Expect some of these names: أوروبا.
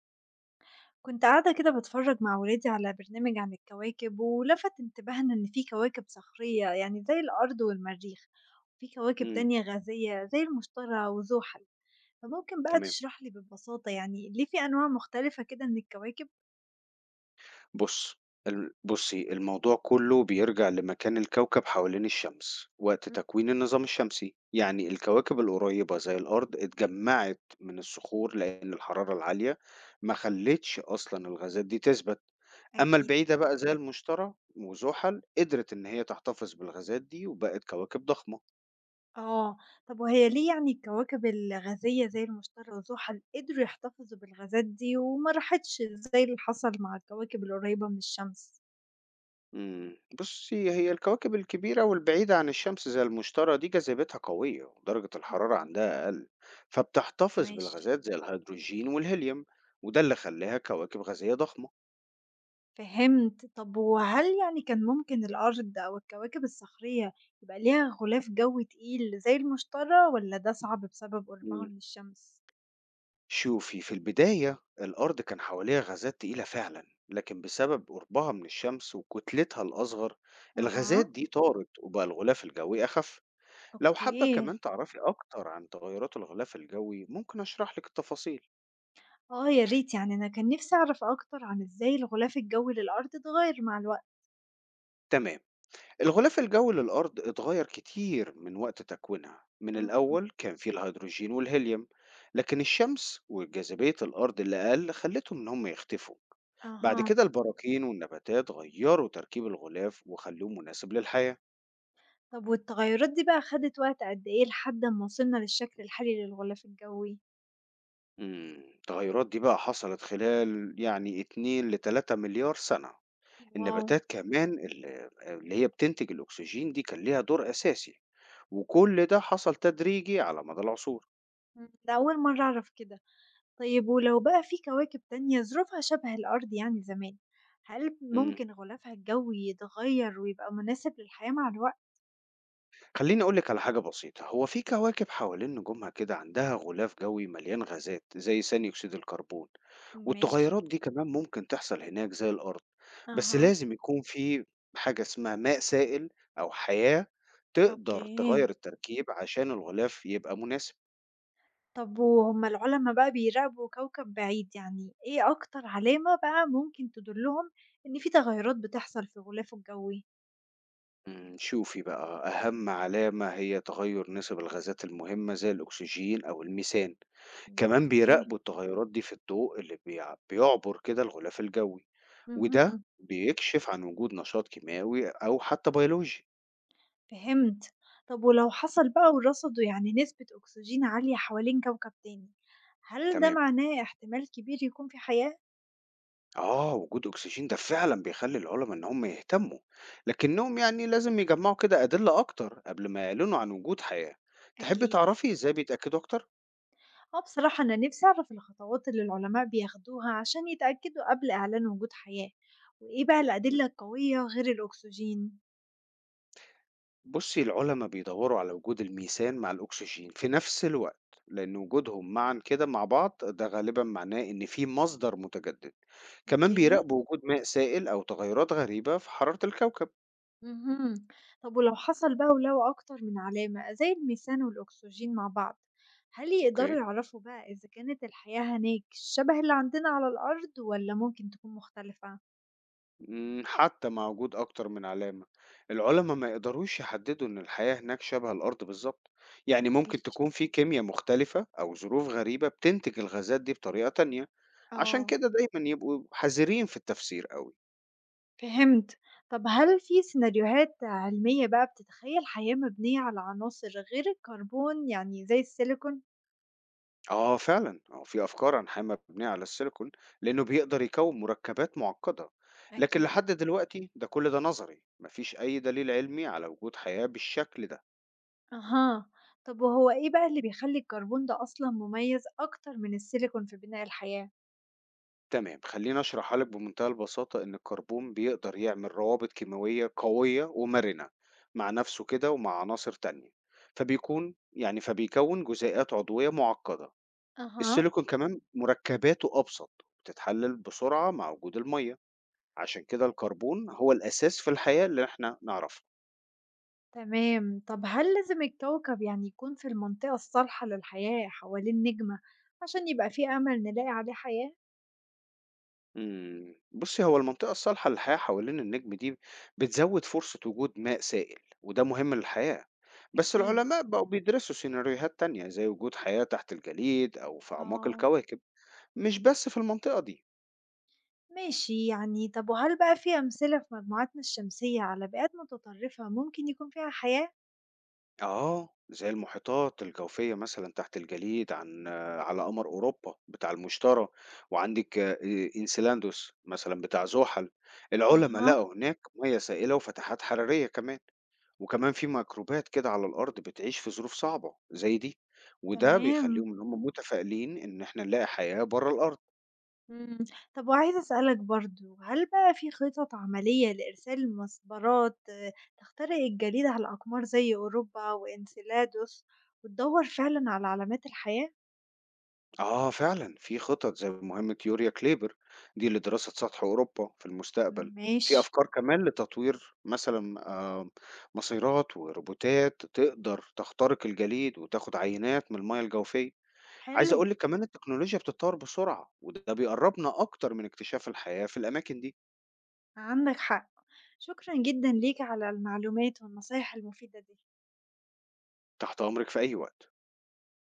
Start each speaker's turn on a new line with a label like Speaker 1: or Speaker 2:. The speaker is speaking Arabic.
Speaker 1: كنت قاعدة كده بتفرج مع ولادي على برنامج عن الكواكب، ولفت انتباهنا إن في كواكب صخرية، يعني زي الأرض والمريخ، وفي كواكب
Speaker 2: إمم،
Speaker 1: تانية غازية زي المشتري وزحل. فممكن بقى
Speaker 2: تمام.
Speaker 1: تشرح لي ببساطة يعني ليه في أنواع مختلفة كده من الكواكب؟
Speaker 2: بُص، بُصّي، الموضوع كُلّه بيرجع لمكان الكوكب حوالين الشمس وقت
Speaker 1: مم،
Speaker 2: تكوين النظام الشمسي، يعني الكواكب القريّبة زي الأرض اتجمّعت من الصخور لإن الحرارة العالية ما خلّتش أصلًا الغازات دي تثبت، أمّا
Speaker 1: أكيد.
Speaker 2: البعيدة بقى زي المشتري وزحل قدرت إن هي تحتفظ بالغازات دي وبقت كواكب ضخمة.
Speaker 1: آه، طب وهي ليه يعني الكواكب الغازية زي المشتري وزحل قدروا يحتفظوا بالغازات دي وما راحتش زي اللي حصل مع الكواكب القريبة من الشمس؟
Speaker 2: بُصّي، هي الكواكب الكبيرة والبعيدة عن الشمس زي المشتري دي جاذبيتها قوية ودرجة الحرارة
Speaker 1: مم،
Speaker 2: عندها أقل، فبتحتفظ
Speaker 1: ماشي.
Speaker 2: بالغازات زي الهيدروجين والهيليوم، وده اللي خلاها كواكب غازية ضخمة.
Speaker 1: فهمت. طب وهل يعني كان ممكن الأرض أو الكواكب الصخرية يبقى ليها غلاف جوي تقيل زي المشتري، ولا ده صعب بسبب
Speaker 2: إمم.
Speaker 1: قربها من الشمس؟
Speaker 2: شوفي، في البداية الأرض كان حواليها غازات تقيلة فعلًا، لكن بسبب قربها من الشمس وكتلتها الأصغر، الغازات
Speaker 1: أها.
Speaker 2: دي طارت وبقى الغلاف الجوي أخف. لو حابة
Speaker 1: أوكي.
Speaker 2: كمان تعرفي أكتر عن تغيرات الغلاف الجوي، ممكن أشرح لِك التفاصيل.
Speaker 1: آه يا ريت، يعني أنا كان نفسي أعرف أكتر عن إزاي الغلاف الجوي للأرض اتغير مع الوقت.
Speaker 2: تمام. الغلاف الجوي للأرض اتغير كتير من وقت تكوينها، من
Speaker 1: مم.
Speaker 2: الأول كان فيه الهيدروجين والهيليوم، لكن الشمس وجاذبية الأرض اللي أقل خلتهم إن هم يختفوا. بعد
Speaker 1: أها.
Speaker 2: كده البراكين والنباتات غيروا تركيب الغلاف وخلوه مناسب للحياة.
Speaker 1: طب والتغيرات دي بقى خدت وقت قد إيه لحد ما وصلنا للشكل الحالي للغلاف الجوي؟
Speaker 2: مم، التغيرات دي بقى حصلت خلال يعني 2 ل 3 مليار سنة.
Speaker 1: واو.
Speaker 2: النباتات كمان اللي هي بتنتج الأكسجين دي كان ليها دور أساسي، وكل ده حصل تدريجي على مدى العصور.
Speaker 1: ده أول مرة أعرف كده. طيب ولو بقى في كواكب تانية ظروفها شبه الأرض يعني زمان، هل
Speaker 2: مم.
Speaker 1: ممكن غلافها الجوي يتغير ويبقى مناسب للحياة مع الوقت؟
Speaker 2: خلّيني أقول لِك على حاجة بسيطة، هو في كواكب حوالين نجومها كده عندها غلاف جوي مليان غازات زي ثاني أكسيد الكربون،
Speaker 1: ماشي.
Speaker 2: والتغيرات دي كمان ممكن تحصل هناك زي الأرض، بس
Speaker 1: أها.
Speaker 2: لازم يكون في حاجة اسمها ماء سائل أو حياة تقدر تغيّر
Speaker 1: أوكي.
Speaker 2: التركيب عشان الغلاف يبقى مناسب.
Speaker 1: طب وهم العلماء بقى بيراقبوا كوكب بعيد، يعني ايه أكتر علامة بقى ممكن تدلهم إن في تغيرات بتحصل في غلافه الجوي؟
Speaker 2: شوفي بقى، أهم علامة هي تغيُّر نسب الغازات المهمة زي الأكسجين أو الميثان، كمان
Speaker 1: أوكي.
Speaker 2: بيراقبوا التغيرات دي في الضوء اللي بيعبر كده الغلاف الجوي. وده
Speaker 1: مهم.
Speaker 2: بيكشف عن وجود نشاط كيماوي أو حتى بيولوجي.
Speaker 1: فهمت. طب ولو حصل بقى ورصدوا يعني نسبة أكسجين عالية حوالين كوكب تاني، هل ده
Speaker 2: تمام،
Speaker 1: معناه احتمال كبير يكون في حياة؟
Speaker 2: آه وجود أكسجين ده فعلا بيخلي العلماء إن هم يهتموا، لكنهم يعني لازم يجمعوا كده أدلة أكتر قبل ما يعلنوا عن وجود حياة. تحبي
Speaker 1: أكيد.
Speaker 2: تعرفي إزاي بيتأكدوا أكتر؟
Speaker 1: آه بصراحة أنا نفسي أعرف الخطوات اللي العلماء بياخدوها عشان يتأكدوا قبل إعلان وجود حياة، وإيه بقى الأدلة القوية غير الأكسجين؟
Speaker 2: بصي، العلماء بيدوروا على وجود الميثان مع الأكسجين في نفس الوقت، لأن وجودهم معا كده مع بعض ده غالبا معناه إن في مصدر متجدد. كمان
Speaker 1: أوكي.
Speaker 2: بيراقبوا وجود ماء سائل أو تغيرات غريبة في حرارة الكوكب.
Speaker 1: مهم. طب ولو حصل بقى ولو أكتر من علامة زي الميثان والأكسجين مع بعض، هل يقدروا
Speaker 2: أوكي.
Speaker 1: يعرفوا بقى إذا كانت الحياة هناك شبه اللي عندنا على الأرض، ولا ممكن تكون مختلفة؟
Speaker 2: حتى مع وجود أكتر من علامة، العلماء ما يقدروش يحددوا إن الحياة هناك شبه الأرض بالظبط، يعني ممكن
Speaker 1: مش.
Speaker 2: تكون في كيمياء مختلفة أو ظروف غريبة بتنتج الغازات دي بطريقة تانية. عشان
Speaker 1: آه.
Speaker 2: كده دايما يبقوا حذرين في التفسير قوي.
Speaker 1: فهمت. طب هل في سيناريوهات علمية بقى بتتخيل حياة مبنية على عناصر غير الكربون، يعني زي السيليكون؟
Speaker 2: آه فعلا، في أفكار عن حياة مبنية على السيليكون، لأنه بيقدر يكون مركبات معقدة، لكن
Speaker 1: أكيد.
Speaker 2: لحد دلوقتي ده كل ده نظري، مفيش أي دليل علمي على وجود حياة بالشكل ده.
Speaker 1: أها. طب وهو إيه بقى اللي بيخلي الكربون ده أصلا مميز أكتر من السيليكون في بناء الحياة؟
Speaker 2: تمام، خليني اشرحها لك بمنتهى البساطة، ان الكربون بيقدر يعمل روابط كيميائية قوية ومرنة مع نفسه كده ومع عناصر تانية، يعني فبيكون جزيئات عضوية معقدة.
Speaker 1: أها.
Speaker 2: السيليكون كمان مركباته ابسط وبتتحلل بسرعة مع وجود المية، عشان كده الكربون هو الاساس في الحياة اللي احنا نعرفها.
Speaker 1: تمام. طب هل لازم الكوكب يعني يكون في المنطقة الصالحة للحياة حوالين نجمة عشان يبقى فيه أمل نلاقي عليه حياة؟
Speaker 2: بُصّي، هو المنطقة الصالحة للحياة حوالين النجم دي بتزوّد فرصة وجود ماء سائل، وده مهم للحياة، بس
Speaker 1: أكيد.
Speaker 2: العلماء بقوا بيدرسوا سيناريوهات تانية زي وجود حياة تحت الجليد أو في أعماق
Speaker 1: آه.
Speaker 2: الكواكب، مش بس في المنطقة دي.
Speaker 1: ماشي يعني. طب وهل بقى في أمثلة في مجموعاتنا الشمسية على بيئات متطرفة ممكن يكون فيها حياة؟
Speaker 2: آه، زي المحيطات الجوفية مثلًا تحت الجليد عن آه، على قمر أوروبا بتاع المشتري، وعندِك إنسيلاندوس مثلًا بتاع زحل، العُلَمَا
Speaker 1: أها.
Speaker 2: لقوا هناك مَيَّة سائلة وفتحات حرارية كمان، وكمان في ميكروبات كده على الأرض بتعيش في ظروف صعبة زي دي، وده
Speaker 1: تمام.
Speaker 2: بيخلّيهم إن هم متفائلين إن إحنا نلاقي حياة برّه الأرض.
Speaker 1: مم. طب وعايزة أسألك برضو، هل بقى في خطط عملية لإرسال مسبارات تخترق الجليد على الأقمار زي أوروبا وإنسيلادوس وتدور فعلا على علامات الحياة؟
Speaker 2: آه فعلا، في خطط زي مهمة يوريا كليبر دي لدراسة سطح أوروبا في المستقبل. في
Speaker 1: ماشي.
Speaker 2: أفكار كمان لتطوير مثلا، مسيرات وروبوتات تقدر تخترق الجليد وتاخد عينات من المياه الجوفية. عايز
Speaker 1: حلو.
Speaker 2: أقول لك كمان، التكنولوجيا بتتطور بسرعة وده بيقربنا أكتر من اكتشاف الحياة في الأماكن دي.
Speaker 1: عندك حق. شكرا جدا ليك على المعلومات والنصايح المفيدة دي.
Speaker 2: تحت أمرك في أي وقت.